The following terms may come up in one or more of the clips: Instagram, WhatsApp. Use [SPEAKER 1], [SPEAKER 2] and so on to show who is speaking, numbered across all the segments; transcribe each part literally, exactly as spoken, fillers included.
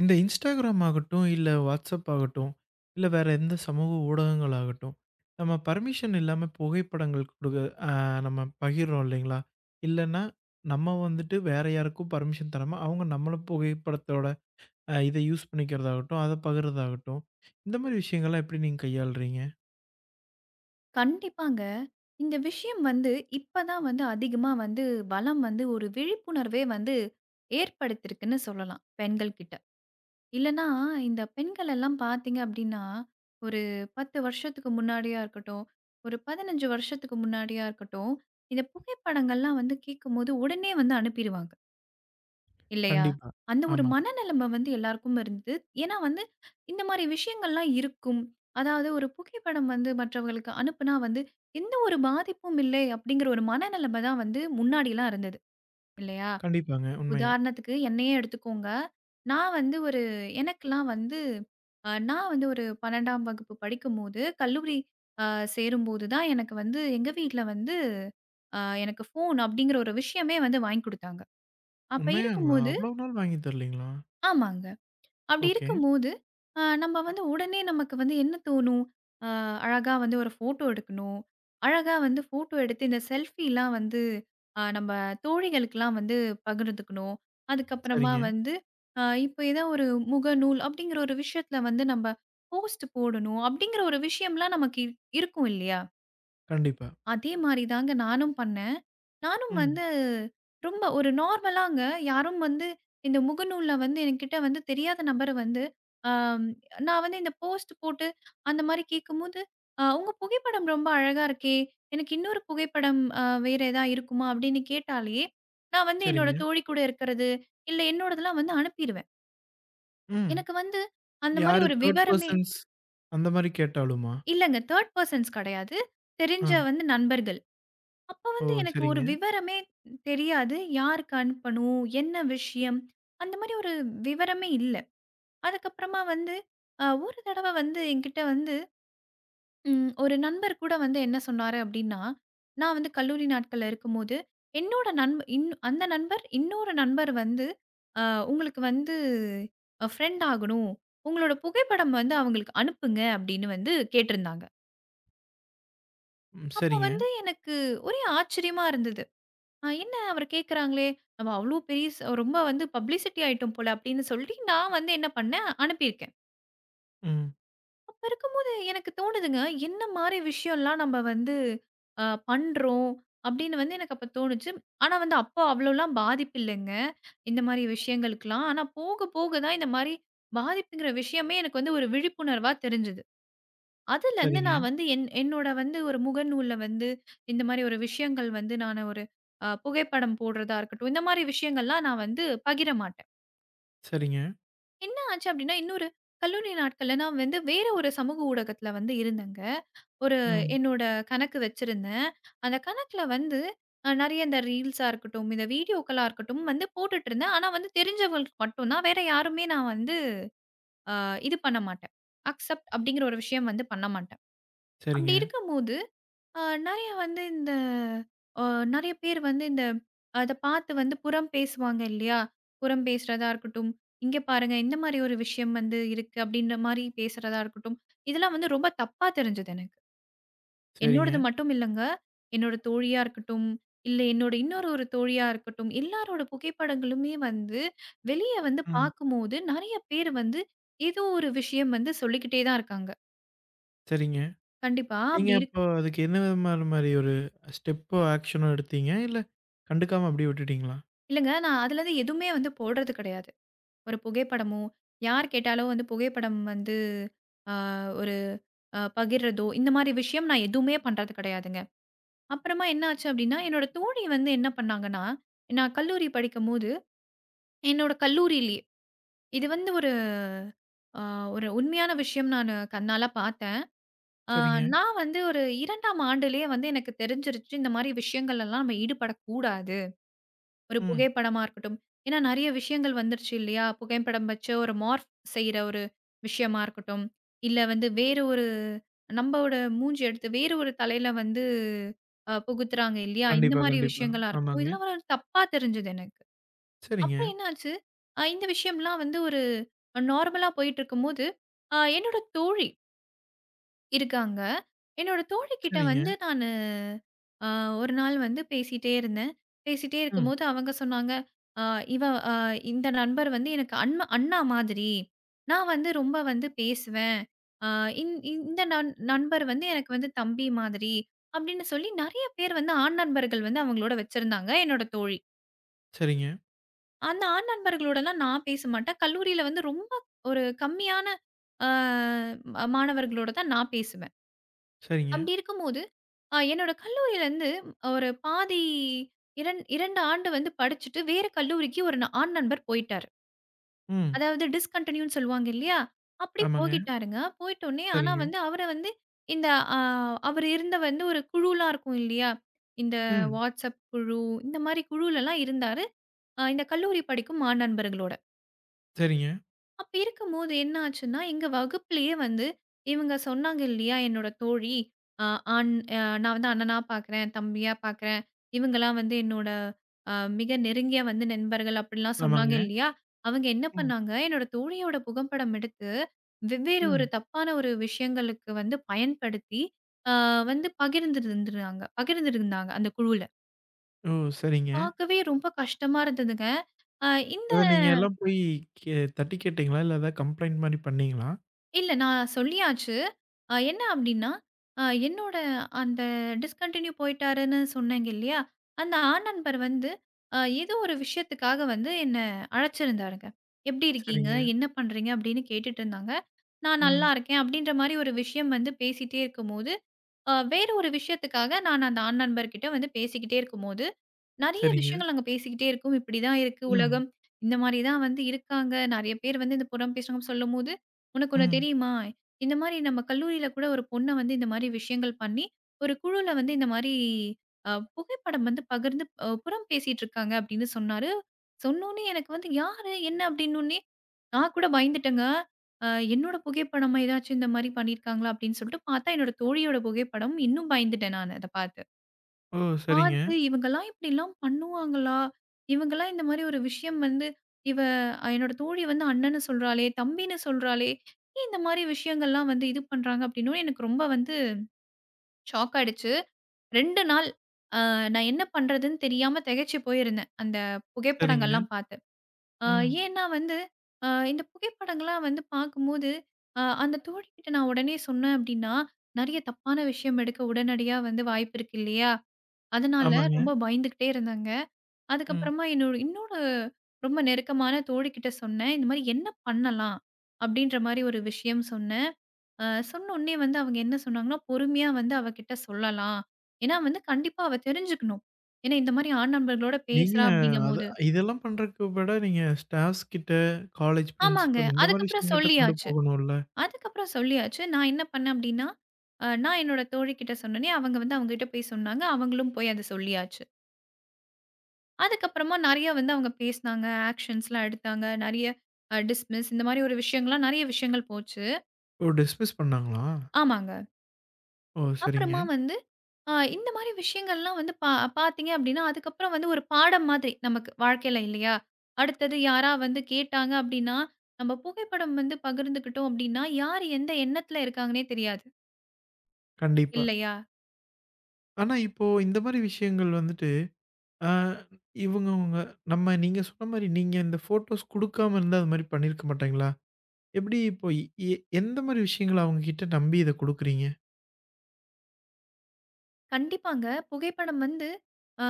[SPEAKER 1] இந்த Instagram ஆகட்டும், இல்ல WhatsApp ஆகட்டும், இல்ல வேற எந்த சமூக ஊடகங்கள் ஆகட்டும், நம்ம பர்மிஷன் இல்லாம புகைப்படங்கள் குடுக்க அ நம்ம பகிர்றோம் இல்லைங்களா? இல்லன்னா, நம்ம வந்துட்டு வேற யாருக்கும் பர்மிஷன் தராம, அவங்க நம்மள புகைப்படத்தோட அ இத யூஸ் பண்ணிக்கிறதாகட்டும், அத பகிர்றதாகட்டும், இந்த மாரி விஷயங்கள்லாம் எப்படி நீங்க கையாளுறீங்க?
[SPEAKER 2] கண்டிப்பாங்க. இந்த விஷயம் வந்து இப்ப தான் வந்து அதிகமா வந்து வலம் வந்து ஒரு விழிப்புணர்வே வந்து ஏற்படுத்தியிருக்குன்னு சொல்லலாம் பெண்கள் கிட்ட. இல்லன்னா இந்த பெண்கள் எல்லாம் பார்த்தீங்க அப்டின்னா, ஒரு பத்து வருஷத்துக்கு முன்னாடியா இருக்கட்டும், ஒரு பதினைந்து வருஷத்துக்கு முன்னாடியா இருக்கட்டும், இந்த புகைப்படங்கள்லாம் வந்து கேட்கும்போது உடனே வந்து அனுப்பிருவாங்க. இல்லையா?
[SPEAKER 1] கண்டிப்பா.
[SPEAKER 2] அந்த ஒரு
[SPEAKER 1] ஆமாங்க.
[SPEAKER 2] மனநிலைமை வந்து எல்லாருக்கும் இருந்தது. ஏன்னா வந்து இந்த மாரி விஷயங்கள்லாம் இருக்கும். அதாவது ஒரு புகைப்படம் வந்து மற்றவர்களுக்கு அனுப்புனா வந்து எந்த ஒரு பாதிப்பும் இல்லை அப்படிங்கிற ஒரு மனநிலைமை தான் வந்து முன்னாடிலாம் இருந்தது. இல்லையா?
[SPEAKER 1] கண்டிப்பாங்க. உண்மையா.
[SPEAKER 2] உதாரணத்துக்கு என்னையே எடுத்துக்கோங்க. நான் வந்து ஒரு எனக்கெல்லாம் வந்து அ நான் வந்து ஒரு பன்னிரண்டாம் வகுப்பு படிக்கும்போது, கல்லூரி அ சேரும்போது தான் எனக்கு வந்து எங்க வீட்ல வந்து அ எனக்கு ஃபோன் அப்படிங்கிற ஒரு விஷயமே வந்து வாங்கி குடுத்தாங்க. அப்ப
[SPEAKER 1] உண்மையாங்களா?
[SPEAKER 2] இருக்கும்போது
[SPEAKER 1] அவ்வளோ நாள் வாங்கி தரலைங்களா?
[SPEAKER 2] ஆமாங்க. அப்படி
[SPEAKER 1] ஓகே.
[SPEAKER 2] இருக்கும்போது, அ நம்ம வந்து உடனே நமக்கு வந்து என்ன தோணும்? அ அழகா வந்து ஒரு ஃபோட்டோ எடுக்கணும். அழகா வந்து ஃபோட்டோ எடுத்து இந்த செல்ஃபிலாம் வந்து அ நம்ம தோழிகளுக்கெல்லாம் வந்து பகிர்ந்துக்கணும். அதுக்கப்புறமா
[SPEAKER 1] சரிங்க.
[SPEAKER 2] வந்து அ இப்போ ஏதோ ஒரு முகநூல் அப்படிங்கிற ஒரு விஷயத்தில வந்து நம்ம போஸ்ட் போடணும். அப்படிங்கிற ஒரு விஷயம்லாம் நமக்கு இரு- இருக்கும் இல்லையா?
[SPEAKER 1] கண்டிப்பா.
[SPEAKER 2] அதே மாரி தாங்க நானும் பண்ணேன். நானும்
[SPEAKER 1] ம்.
[SPEAKER 2] வந்து ரொம்ப ஒரு நார்மலாங்க யாரும் வந்து இந்த முகநூல்ல வந்து என்கிட்ட வந்து தெரியாத நபர் வந்து, அம் நான் வந்து இந்த போஸ்ட் போட்டு அந்த மாரி கேட்கும்போது, அ "உங்க புகைப்படம் ரொம்ப அழகா இருக்கே! எனக்கு இன்னொரு புகைப்படம் அ வேற எதா இருக்குமா?" அப்படின்னு கேட்டாலே, நான் வந்து என்னோட
[SPEAKER 1] சரிங்க.
[SPEAKER 2] தோழி கூட இருக்கிறது, இல்ல என்னோடதெல்லாம் வந்து அனுப்பிருவேன்.
[SPEAKER 1] ம்.
[SPEAKER 2] எனக்கு வந்து அந்த மாரி
[SPEAKER 1] யாரு
[SPEAKER 2] ஒரு
[SPEAKER 1] மூன்று
[SPEAKER 2] விவரமே
[SPEAKER 1] பெர்சன்ஸ் அந்த மாரி கேட்டாலுமா?
[SPEAKER 2] இல்லங்க. த்ரீ பெர்சன்ஸ் கெடையாது.
[SPEAKER 1] ஆ.
[SPEAKER 2] தெரிஞ்ச வந்து நண்பர்கள். அப்ப
[SPEAKER 1] ஓ!
[SPEAKER 2] வந்து எனக்கு ஒரு
[SPEAKER 1] சரிங்க.
[SPEAKER 2] விவரமே தெரியாது. யாருக்கு அனுப்பணும்? என்ன விஷயம்? அந்த மாரி ஒரு விவரமே இல்ல. அதுக்கப்புறமா வந்து அ ஒரு தடவ வந்து என்கிட்ட வந்து ம் ஒரு நண்பர் கூட வந்து என்ன சொன்னாரு அப்டின்னா, நான் வந்து கல்லூரி நாட்கள்ல இருக்கும்போது, என்னோட நண்ப இன் அந்த நண்பர் இன்னொரு நண்பர் வந்து, "அ உங்களுக்கு வந்து அ ஃப்ரெண்ட் ஆகணும். உங்களோட புகைப்படம் வந்து அவங்களுக்கு அனுப்புங்க" அப்டின்னு வந்து கேட்டிருந்தாங்க.
[SPEAKER 1] ம்.
[SPEAKER 2] அப்ப
[SPEAKER 1] சரிங்க.
[SPEAKER 2] வந்து எனக்கு ஒரே ஆச்சரியமா இருந்தது. ஆ என்ன அவரு கேட்குறாங்களே! நம்ம அவ்ளோ பெரிய ஸ் ரொம்ப வந்து பப்ளிசிட்டி ஆயிட்டோம் போல அப்படின்னு சொல்லி, நான் வந்து என்ன பண்ணேன், அனுப்பியிருக்கேன்.
[SPEAKER 1] ம்.
[SPEAKER 2] அப்ப இருக்கும்போது எனக்கு தோணுதுங்க, என்ன மாரி விஷயம்லாம் நம்ம வந்து அ பண்றோம் அப்படின்னு வந்து எனக்கு அப்ப தோணுச்சு. ஆனா வந்து அப்போ அவ்வளோலாம் பாதிப்பு இல்லங்க. இந்த மாரி விஷயங்களுக்கெல்லாம். ஆனா போக போக தான் இந்த மாரி பாதிப்புங்கிற விஷயமே எனக்கு வந்து ஒரு விழிப்புணர்வா தெரிஞ்சது. அதுலருந்து
[SPEAKER 1] சரிங்க.
[SPEAKER 2] நான் வந்து என் என்னோட வந்து ஒரு முகநூல்ல வந்து இந்த மாரி ஒரு விஷயங்கள் வந்து நானு ஒரு அ புகைப்படம் போடுறதா இருக்கட்டும், இந்த மாரி விஷயங்கள்லாம் நான் வந்து பகிர மாட்டேன்.
[SPEAKER 1] சரிங்க.
[SPEAKER 2] என்ன ஆச்சு அப்டின்னா, இன்னொரு கல்லூரி நாட்கள்ல நான் வந்து வேற ஒரு சமூக ஊடகத்துல வந்து இருந்தேங்க. ஒரு
[SPEAKER 1] ம்.
[SPEAKER 2] என்னோட கணக்கு வச்சிருந்தேன். அந்த கணக்குல வந்து அ நெறைய இந்த ரீல்ஸா இருக்கட்டும், இந்த வீடியோக்களா இருக்கட்டும் வந்து போட்டுட்டுருந்தேன். ஆனா வந்து தெரிஞ்சவங்களுக்கு மட்டும் தான். வேற யாருமே நான் வந்து அ இது பண்ண மாட்டேன். அக்செப்ட் அப்டிங்கிற ஒரு விஷயம் வந்து பண்ண மாட்டேன். அப்டி
[SPEAKER 1] சரிங்க.
[SPEAKER 2] இருக்கும்போது ஆ நெறைய வந்து இந்த அ நெறைய பேர் வந்து இந்த அத பார்த்து வந்து புறம் பேசுவாங்க இல்லையா? புறம் பேசுறதா இருக்கட்டும், "இங்க பாருங்க இந்த மாரி ஒரு விஷயம் வந்து இருக்கு." அப்படின்ற மாரி பேசுறதா இருக்கட்டும். இதெல்லாம் வந்து ரொம்ப தப்பா தெரிஞ்சது எனக்கு.
[SPEAKER 1] சரிங்க.
[SPEAKER 2] என்னோடது மட்டும் இல்லங்க. என்னோட தோழியா இருக்கட்டும், இல்ல என்னோட இன்னொரு ஒரு தோழியா இருக்கட்டும், எல்லாரோட புகைப்படங்களுமே வந்து வெளிய வந்து
[SPEAKER 1] ம்.
[SPEAKER 2] பார்க்கும்போது நெறைய பேர் வந்து ஏதோ ஒரு விஷயம் வந்து சொல்லிக்கிட்டே தான் இருக்காங்க.
[SPEAKER 1] சரிங்க.
[SPEAKER 2] கண்டிப்பா
[SPEAKER 1] நீங்க
[SPEAKER 2] அப்படி இருக்கு
[SPEAKER 1] அப்போ அதுக்கு என்ன விதமான மாரி ஒரு ஸ்டெப்போ, ஆக்ஷனோ எடுத்தீங்க? இல்ல கண்டுக்காம அப்படியே விட்டுட்டீங்களா?
[SPEAKER 2] இல்லங்க நான் அதுலருந்து எதுவுமே வந்து போடுறது கிடையாது. ஒரு புகைப்படமோ, யார் கேட்டாலும் வந்து புகைப்படம் வந்து அ ஒரு அ பகிர்றதோ, இந்த மாரி விஷயம் நான் எதுவுமே பண்றது கிடையாதுங்க. அப்புறமா என்ன ஆச்சு அப்டின்னா, என்னோட தோழி வந்து என்ன பண்ணாங்கன்னா, நான் கல்லூரி படிக்கும்போது, என்னோட கல்லூரியிலேயே இது வந்து ஒரு அ ஒரு உண்மையான விஷயம் நானு கண்ணால பார்த்தேன். அ
[SPEAKER 1] சரிங்க.
[SPEAKER 2] நான் வந்து ஒரு இரண்டாம் ஆண்டுலேயே வந்து எனக்கு தெரிஞ்சிருச்சு, இந்த மாரி விஷயங்கள்லலாம் நம்ம ஈடுபடக்கூடாது. ஒரு
[SPEAKER 1] ம்.
[SPEAKER 2] புகைப்படமா இருக்கட்டும். ஏன்னா நெறைய விஷயங்கள் வந்துருச்சு இல்லையா? புகைப்படம் வச்சு ஒரு மார்ஃப் செய்ற ஒரு விஷயமா இருக்கட்டும். இல்ல வந்து வேறு ஒரு நம்பவோட மூஞ்சி எடுத்து வேறு ஒரு தலையில வந்து அ புகுத்துறாங்க இல்லையா? இந்த
[SPEAKER 1] கண்டிப்பா,
[SPEAKER 2] மாரி
[SPEAKER 1] கண்டிப்பா.
[SPEAKER 2] விஷயங்களா இருக்கட்டும்.
[SPEAKER 1] ஆமாங்க.
[SPEAKER 2] இதெல்லாம் ஒரு தப்பா தெரிஞ்சது எனக்கு.
[SPEAKER 1] சரிங்க.
[SPEAKER 2] அப்புறம் என்னாச்சு, அ இந்த விஷயம்லாம் வந்து ஒரு நார்மலா போயிட்டுருக்கும்போது, அ என்னோட தோழி இருக்காங்க. என்னோட தோழிகிட்ட
[SPEAKER 1] சரிங்க.
[SPEAKER 2] வந்து நானு அ ஒரு நாள் வந்து பேசிட்டே இருந்தேன். பேசிட்டே
[SPEAKER 1] ம்.
[SPEAKER 2] இருக்கும்போது அவங்க சொன்னாங்க, "அ இவ அ இந்த நண்பர் வந்து எனக்கு அண்ம அண்ணா மாதிரி. நான் வந்து ரொம்ப வந்து பேசுவேன். அ இந் இந்த நண் நண்பர் வந்து எனக்கு வந்து தம்பி மாதிரி." அப்படின்னு சொல்லி நெறைய பேர் வந்து ஆண் நண்பர்கள் வந்து அவங்களோட வச்சிருந்தாங்க என்னோட தோழி.
[SPEAKER 1] சரிங்க.
[SPEAKER 2] அந்த ஆண் நண்பர்களோடலாம் நான் பேச மாட்டேன். கல்லூரியில வந்து ரொம்ப ஒரு கம்மியான அ மாணவர்களோட தான் நான் பேசுவேன்.
[SPEAKER 1] சரிங்க.
[SPEAKER 2] அப்படி இருக்கும்போது ஆ என்னோட கல்லூரியிலருந்து ஒரு பாதி ரெண்டு ரெண்டு ஆண்டு வந்து படிச்சுட்டு, வேற கல்லூரிக்கு ஒரு ந- ஆண் நண்பர் போயிட்டாரு.
[SPEAKER 1] ம்.
[SPEAKER 2] அதாவது டிஸ்கன்டினியூன்னு சொல்லுவாங்க இல்லையா? அப்படி
[SPEAKER 1] ஆமாங்க.
[SPEAKER 2] போகிட்டாருங்க. போயிட்டோனே ஆனா
[SPEAKER 1] சரிங்க.
[SPEAKER 2] வந்து அவர வந்து இந்த அ அவர் இருந்த வந்து ஒரு குழுலாம் இருக்கும் இல்லையா? இந்த
[SPEAKER 1] ம்.
[SPEAKER 2] WhatsApp குழு, இந்த மாரி குழுலலாம் இருந்தாரு. அ இந்த கல்லூரி படிக்கும் மாண் நண்பர்களோட.
[SPEAKER 1] சரிங்க.
[SPEAKER 2] அப்படி இருக்கும்போது என்ன ஆச்சுன்னா, எங்க வகுப்பிலேயே வந்து இவங்க சொன்னாங்க இல்லையா, என்னோட தோழி அ ஆண் அ நான் வந்து அண்ணனா பார்க்குறேன், தம்பியா பார்க்குறேன். இவங்கலாம் வந்து என்னோட அ மிக நெருங்கிய வந்து நண்பர்கள் அப்படிலாம் சொன்னாங்க
[SPEAKER 1] ஆமாங்க.
[SPEAKER 2] இல்லையா, அவங்க என்ன
[SPEAKER 1] ம்.
[SPEAKER 2] பண்ணாங்க, என்னோட தோழியோட புகைப்படம் எடுத்து வெவ்வேறு ஒரு
[SPEAKER 1] ம்.
[SPEAKER 2] தப்பான ஒரு விஷயங்களுக்கு வந்து பயன்படுத்தி, அ வந்து பகிர்ந்திருந்துறாங்க பகிர்ந்திருந்தாங்க அந்த குழுவுல.
[SPEAKER 1] ஓ! சரிங்க.
[SPEAKER 2] பார்க்கவே ரொம்ப கஷ்டமா இருந்ததுங்க. அ இந்த
[SPEAKER 1] அத நீங்க எல்லாம் போய் கே தட்டி கேட்டீங்களா? இல்ல ஏதாவது கம்ப்ளைண்ட் மாரி பண்ணீங்களா?
[SPEAKER 2] இல்ல. நான் சொல்லியாச்சு. அ என்ன அப்டின்னா, அ என்னோட அந்த டிஸ்கன்டின்யூ போயிட்டாருன்னு சொன்னேங்க இல்லையா? அந்த ஆண் நண்பர் வந்து அ ஏதோ ஒரு விஷயத்துக்காக வந்து என்ன அழைச்சிருந்தாருங்க. "எப்டி இருக்கீங்க?
[SPEAKER 1] சரிங்க.
[SPEAKER 2] என்ன பண்றீங்க?" அப்டின்னு கேட்டுட்டு இருந்தாங்க. நான் "நல்லா
[SPEAKER 1] ம்.
[SPEAKER 2] இருக்கேன்" அப்டின்ற மாரி ஒரு விஷயம் வந்து பேசிட்டே இருக்கும்போது, அ வேற ஒரு விஷயத்துக்காக நான் அந்த ஆண் நண்பர்கிட்ட வந்து பேசிக்கிட்டே இருக்கும்போது, நெறைய
[SPEAKER 1] சரிங்க.
[SPEAKER 2] விஷயங்கள் நாங்க பேசிக்கிட்டே இருக்கோம். இப்படிதான் இருக்கு
[SPEAKER 1] ம்.
[SPEAKER 2] உலகம். இந்த மாரி தான் வந்து இருக்காங்க. நெறைய பேர் வந்து இந்த புறம் பேசுறாங்கன்னு சொல்லும்போது, "உனக்கு ஒண்ணு
[SPEAKER 1] ம்.
[SPEAKER 2] தெரியுமா? இந்த மாரி நம்ம கல்லூரியில கூட ஒரு பொண்ண வந்து இந்த மாரி விஷயங்கள் பண்ணி, ஒரு குழுல வந்து இந்த மாரி அ புகைப்படம் வந்து பகிர்ந்து அ புறம் பேசிட்டு இருக்காங்க." அப்படின்னு சொன்னாரு. சொன்னோனே எனக்கு வந்து, "யாரு? என்ன?" அப்படின்னோனே நான் கூட பயந்துட்டேங்க. அ என்னோட புகைப்படமா ஏதாச்சும் இந்த மாரி பண்ணியிருக்காங்களா? அப்படின்னு சொல்லிட்டு பார்த்தா, என்னோட தோழியோட புகைப்படம். இன்னும் பயந்துட்டேன் நானு அத பார்த்து.
[SPEAKER 1] ஓ! சரிங்க.
[SPEAKER 2] பார்த்து இவங்கலாம் இப்படிலாம் பண்ணுவாங்களா? இவங்கலாம் இந்த மாரி ஒரு விஷயம் வந்து இவ அஹ் என்னோட தோழி வந்து அண்ணன்னு சொல்றாளே, தம்பின்னு சொல்றாளே, ஏன் இந்த மாரி விஷயங்கள்லாம் வந்து இது பண்றாங்க? அப்படின்னோனே எனக்கு ரொம்ப வந்து ஷாக் ஆயிடுச்சு. ரெண்டு நாள் அ நான் என்ன பண்றதுன்னு தெரியாம திகைச்சு போயிருந்தேன். அந்த
[SPEAKER 1] சரிங்க.
[SPEAKER 2] புகைப்படங்கள்லாம் பார்த்து. ஆ
[SPEAKER 1] ம்.
[SPEAKER 2] ஏன்னா வந்து, அ இந்த புகைப்படங்கள்லாம் வந்து பார்க்கும்போது, அ அந்த தோழிகிட்ட நான் உடனே சொன்னேன் அப்டின்னா, நெறைய தப்பான விஷயம் எடுக்க உடனடியா வந்து வாய்ப்பு இருக்கு இல்லையா? அதனால
[SPEAKER 1] ஆமாங்க.
[SPEAKER 2] ரொம்ப பயந்துகிட்டே இருந்தாங்க.
[SPEAKER 1] ம்.
[SPEAKER 2] அதுக்கப்புறமா என்னோட இன்னொரு ரொம்ப நெருக்கமான தோழிகிட்ட சொன்னேன். இந்த மாரி என்ன பண்ணலாம்? அப்டின்ற மாரி ஒரு விஷயம் சொன்னேன். அ சொன்னோனே வந்து அவங்க என்ன சொன்னாங்கன்னா, பொறுமையா வந்து அவ கிட்ட சொல்லலாம். ஏன்னா வந்து கண்டிப்பா அவ தெரிஞ்சுக்கணும். ஏன்னா இந்த மாரி ஆண் நண்பர்களோட
[SPEAKER 1] நீங்க
[SPEAKER 2] பேசுறா
[SPEAKER 1] அத
[SPEAKER 2] அப்டிங்கும்போது.
[SPEAKER 1] இதெல்லாம் பண்றதுக்கு விட நீங்க ஸ்டாஃப்ஸ் கிட்ட, காலேஜ்
[SPEAKER 2] ஆமாங்க.
[SPEAKER 1] பிரின்சிபல் இந்த மாரி
[SPEAKER 2] அதுக்கப்புறம்
[SPEAKER 1] விஷயங்கள்ட்ட கொண்டு
[SPEAKER 2] சொல்லியாச்சு.
[SPEAKER 1] போகணும்ல?
[SPEAKER 2] அதுக்கப்புறம் சொல்லியாச்சு. நான் என்ன பண்ணேன் அப்டின்னா, அ நான் என்னோட தோழிகிட்ட சொன்னோனே, அவங்க வந்து அவங்ககிட்ட போய் சொன்னாங்க. அவங்களும் போய் அத சொல்லியாச்சு. அதுக்கப்புறமா நெறைய வந்து அவங்க பேசினாங்க. ஆக்ஷன்ஸ்லாம் எடுத்தாங்க. நெறைய அ டிஸ்மிஸ் இந்த மாரி ஒரு விஷயங்கள்லாம் நெறைய விஷயங்கள் போச்சு.
[SPEAKER 1] ஓ! டிஸ்மிஸ் பண்ணாங்களா?
[SPEAKER 2] ஆமாங்க.
[SPEAKER 1] ஓ! சரிங்க.
[SPEAKER 2] அப்புறமா வந்து அ இந்த மாரி விஷயங்கள்லாம் வந்து பா பார்த்தீங்க அப்டின்னா, அதுக்கப்புறம் வந்து ஒரு பாடம் மாதிரி நமக்கு வாழ்க்கையில இல்லையா? அடுத்தது யாரா வந்து கேட்டாங்க அப்டின்னா, நம்ம புகைப்படம் வந்து பகிர்ந்துக்கிட்டோம் அப்டின்னா, யார் எந்த எண்ணத்துல இருக்காங்கன்னே தெரியாது.
[SPEAKER 1] கண்டிப்பா.
[SPEAKER 2] இல்லையா?
[SPEAKER 1] ஆனா இப்போ இந்த மாரி விஷயங்கள் வந்துட்டு, ஆ இவங்கவங்க நம்ம நீங்க சொன்ன மாரி நீங்க இந்த ஃபோட்டோஸ் குடுக்காம இருந்தா அது மாரி பண்ணியிருக்க மாட்டாங்களா? எப்படி இப்போ எ எ- எந்த மாரி விஷயங்கள அவங்க கிட்ட நம்பி இத குடுக்குறீங்க?
[SPEAKER 2] கண்டிப்பாங்க. புகைப்படம் வந்து அ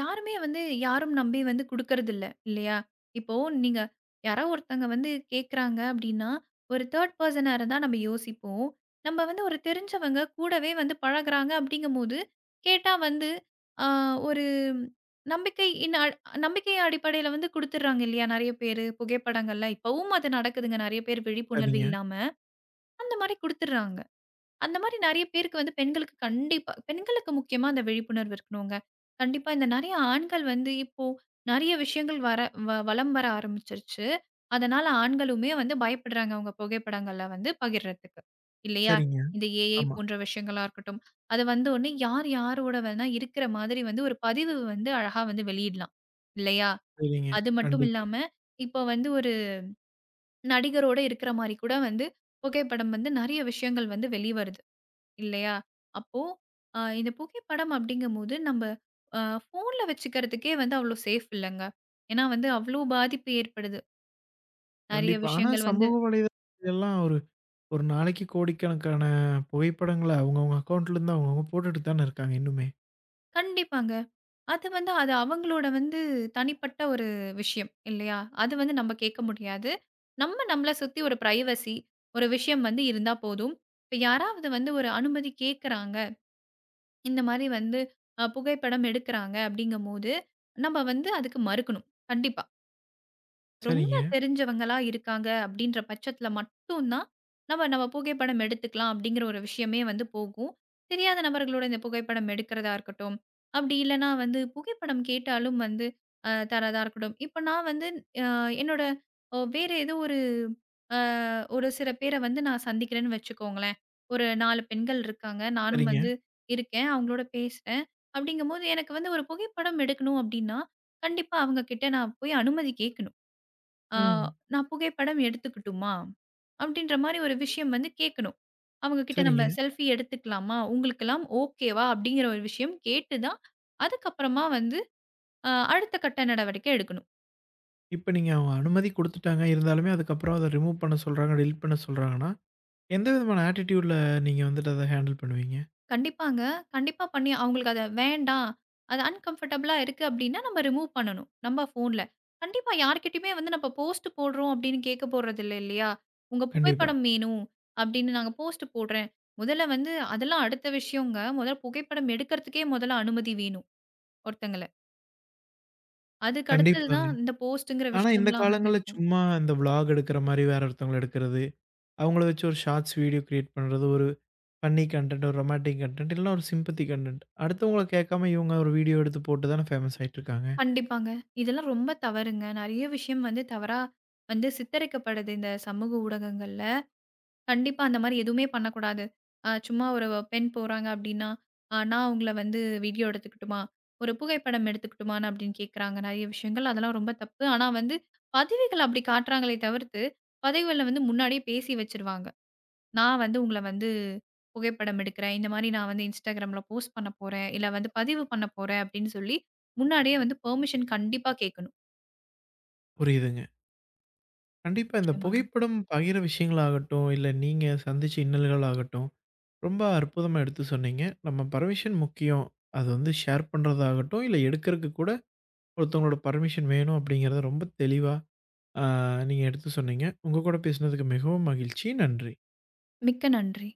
[SPEAKER 2] யாருமே வந்து யாரும் நம்பி வந்து குடுக்கறதில்ல, இல்லையா? இப்போ நீங்க யாரோ ஒருத்தங்க வந்து கேட்கறாங்க அப்படின்னா, ஒரு தேர்ட் பெர்சனா இருந்தா நம்ம யோசிப்போம். நம்ம வந்து ஒரு தெரிஞ்சவங்க கூடவே வந்து பழகுறாங்க அப்படிங்கும்போது, கேட்டா வந்து அ ஒரு நம்பிக்கை இன் அ நம்பிக்கை அடிப்படையில வந்து குடுத்துடுறாங்க இல்லையா? நெறைய பேரு புகைப்படங்கள்லாம் இப்பவும் அது நடக்குதுங்க. நெறைய பேர் விழிப்புணர்வு
[SPEAKER 1] சரிங்க,
[SPEAKER 2] இல்லாம அந்த மாரி குடுத்துடுறாங்க. அந்த மாரி நெறைய பேருக்கு வந்து பெண்களுக்கு கண்டிப்பா பெண்களுக்கு முக்கியமா அந்த விழிப்புணர்வு இருக்கணுங்க. கண்டிப்பா இந்த நெறைய ஆண்கள் வந்து இப்போ நெறைய விஷயங்கள் வர வ வலம் வர ஆரம்பிச்சுருச்சு. அதனால ஆண்களுமே வந்து பயப்படுறாங்க அவங்க புகைப்படங்கள வந்து பகிர்றதுக்கு. இல்லையா?
[SPEAKER 1] சரிங்க.
[SPEAKER 2] இந்த ஏஐ
[SPEAKER 1] ஆமா.
[SPEAKER 2] போன்ற விஷயங்களா இருக்கட்டும். அது வந்தோனே யார் யாரோட வேணா இருக்கிற மாதிரி வந்து ஒரு பதிவு வந்து அழகா வந்து வெளியிடலாம். இல்லையா?
[SPEAKER 1] சரிங்க.
[SPEAKER 2] அது மட்டும்
[SPEAKER 1] கண்டிப்பா,
[SPEAKER 2] இல்லாம இப்போ வந்து ஒரு நடிகரோட இருக்கிற மாரி கூட வந்து புகைப்படம் வந்து நெறைய விஷயங்கள் வந்து வெளிவருது. இல்லையா? அப்போ அ இந்த புகைப்படம் அப்படிங்கும்போது, நம்ப அ ஃபோன்ல வச்சுக்கிறதுக்கே வந்து அவ்ளோ சேஃப் இல்லங்க. ஏன்னா வந்து அவ்ளோ பாதிப்பு ஏற்படுது. நெறைய
[SPEAKER 1] கண்டிப்பா. ஆனா
[SPEAKER 2] விஷயங்கள் வந்து
[SPEAKER 1] சமூக வலைதளம் எல்லாம் ஒரு ஒரு நாளைக்கு கோடிக்கணக்கான புகைப்படங்கள அவங்கவங்க அக்கவுண்ட்ல இருந்து அவங்கவங்க போட்டுட்டு தானே இருக்காங்க இன்னுமே.
[SPEAKER 2] கண்டிப்பாங்க. அது வந்து அது அவங்களோட வந்து தனிப்பட்ட ஒரு விஷயம் இல்லையா? அது வந்து நம்ம கேட்க முடியாது. நம்ம நம்மள சுத்தி ஒரு பிரைவசி, ஒரு விஷயம் வந்து இருந்தா போதும். இப்ப யாராவது வந்து ஒரு அனுமதி கேட்கறாங்க, இந்த மாரி வந்து அ புகைப்படம் எடுக்குறாங்க அப்படிங்கும்போது, நம்ம வந்து அதுக்கு மறுக்கணும். கண்டிப்பா. ரொம்ப
[SPEAKER 1] சரிங்க,
[SPEAKER 2] தெரிஞ்சவங்களா இருக்காங்க அப்படின்ற பட்சத்துல மட்டும் தான் நம்ம நம்ம புகைப்படம் எடுத்துக்கலாம் அப்படிங்கிற ஒரு விஷயமே வந்து போகும். தெரியாத நபர்களோட இந்த புகைப்படம் எடுக்கிறதா இருக்கட்டும், அப்படி இல்லன்னா வந்து புகைப்படம் கேட்டாலும் வந்து அ தர்றதா இருக்கட்டும். இப்ப நான் வந்து அ என்னோட அ வேற ஏதோ ஒரு அ ஒரு சில பேர வந்து நான் சந்திக்கிறேன்னு வச்சுக்கோங்களேன். ஒரு நாலு பெண்கள் இருக்காங்க. நானும்
[SPEAKER 1] சரிங்க.
[SPEAKER 2] வந்து இருக்கேன். அவங்களோட பேசுறேன். அப்படிங்கும்போது எனக்கு வந்து ஒரு புகைப்படம் எடுக்கணும் அப்படின்னா, கண்டிப்பா அவங்க கிட்ட நான் போய் அனுமதி கேட்கணும். ஆ,
[SPEAKER 1] ம்.
[SPEAKER 2] "நான் புகைப்படம் எடுத்துக்கட்டுமா?" அப்படின்ற மாரி ஒரு விஷயம் வந்து கேட்கணும். அவங்க கிட்ட நம்ம
[SPEAKER 1] சரிங்க.
[SPEAKER 2] செல்ஃபி எடுத்துக்கலாமா? உங்களுக்கெல்லாம் ஓகேவா? அப்படிங்கிற ஒரு விஷயம் கேட்டு தான், அதுக்கப்புறமா வந்து அ அடுத்த கட்ட நடவடிக்கை எடுக்கணும்.
[SPEAKER 1] இப்ப நீங்க அவங்க அனுமதி குடுத்துட்டாங்க. இருந்தாலுமே அதுக்கப்புறம் அத ரிமூவ் பண்ண சொல்றாங்க, டெலீட் பண்ண சொல்றாங்கன்னா, எந்த விதமான ஆட்டிட்யூட்ல நீங்க வந்துட்டு அத ஹேண்டில் பண்ணுவீங்க?
[SPEAKER 2] கண்டிப்பாங்க. கண்டிப்பா பண்ணி அவங்களுக்கு அத வேண்டாம். அது அன்கம்ஃபர்டபுளா இருக்கு அப்டின்னா, நம்ம ரிமூவ் பண்ணணும். நம்ம ஃபோன்ல. கண்டிப்பா யார்கிட்டயுமே வந்து நம்ம போஸ்ட் போடுறோம் அப்டின்னு கேட்க போறதில்ல இல்லையா? உங்க
[SPEAKER 1] கண்டிப்பா,
[SPEAKER 2] புகைப்படம் வேணும் அப்டின்னு நாங்க போஸ்ட் போடுறேன். முதல்ல வந்து அதெல்லாம் அடுத்த விஷயங்க. முதல்ல புகைப்படம் எடுக்கிறதுக்கே முதல்ல அனுமதி வேணும் ஒருத்தங்கள. அதுக்கு அடுத்தது
[SPEAKER 1] கண்டிப்பாங்க.
[SPEAKER 2] தான் இந்த போஸ்ட்ங்கிற
[SPEAKER 1] ஆனா, இந்த
[SPEAKER 2] விஷயம்லாம் வந்து
[SPEAKER 1] காலங்கள்ல
[SPEAKER 2] இருக்கும்.
[SPEAKER 1] சும்மா இந்த விளாக் எடுக்கிற மாரி வேற ஒருத்தவங்கள எடுக்கிறது, அவங்கள வச்சு ஒரு ஷார்ட்ஸ் வீடியோ கிரியேட் பண்றது, ஒரு ஃபன்னி கன்டென்ட், ஒரு ரொமான்டிக் கன்டென்ட், இல்லனா ஒரு சிம்பத்தி கன்டென்ட். அடுத்தவங்கள கேட்காம இவங்க ஒரு வீடியோ எடுத்து போட்டு தானே ஃபேமஸ் ஆயிட்டுருக்காங்க.
[SPEAKER 2] கண்டிப்பாங்க. இதெல்லாம் ரொம்ப தவறுங்க. நெறைய விஷயம் வந்து தவறா வந்து சித்தரிக்கப்படுது இந்த சமூக ஊடகங்கள்ல. கண்டிப்பா அந்த மாரி எதுவுமே பண்ணக்கூடாது. அ சும்மா ஒரு பெண் போறாங்க அப்டின்னா, அ நான் அவங்கள வந்து வீடியோ எடுத்துக்கட்டுமா? ஒரு புகைப்படம் எடுத்துக்கட்டுமான்னு அப்டின்னு கேட்குறாங்க. நெறைய விஷயங்கள் அதெல்லாம் ரொம்ப தப்பு. ஆனா வந்து பதவிகள் அப்டி காட்டுறாங்களே தவிர்த்து, பதவிகள்ல வந்து முன்னாடியே பேசி வச்சுருவாங்க. நான் வந்து உங்கள வந்து புகைப்படம் எடுக்கிறேன். இந்த மாரி நான் வந்து Instagramல போஸ்ட் பண்ண போறேன். இல்ல வந்து பதிவு பண்ண போறேன் அப்டின்னு சொல்லி, முன்னாடியே வந்து பெர்மிஷன் கண்டிப்பா கேட்கணும்.
[SPEAKER 1] புரியுதுங்க. கண்டிப்பா இந்த
[SPEAKER 2] நிச்சயமாங்க.
[SPEAKER 1] புகைப்படம் பகிர விஷயங்களாகட்டும், இல்ல நீங்க சந்திச்ச இன்னல்கள் ஆகட்டும், ரொம்ப அற்புதமா எடுத்து சொன்னீங்க. நம்ம பர்மிஷன் முக்கியம். அது வந்து ஷேர் பண்றதாகட்டும், இல்ல எடுக்கிறதுக்கு கூட ஒருத்தவங்களோட பர்மிஷன் வேணும் அப்படிங்கிறத ரொம்ப தெளிவா ஆ, நீங்க எடுத்து சொன்னீங்க. உங்க கூட பேசினதுக்கு மிகவும் மகிழ்ச்சி. நன்றி.
[SPEAKER 2] மிக்க நன்றி.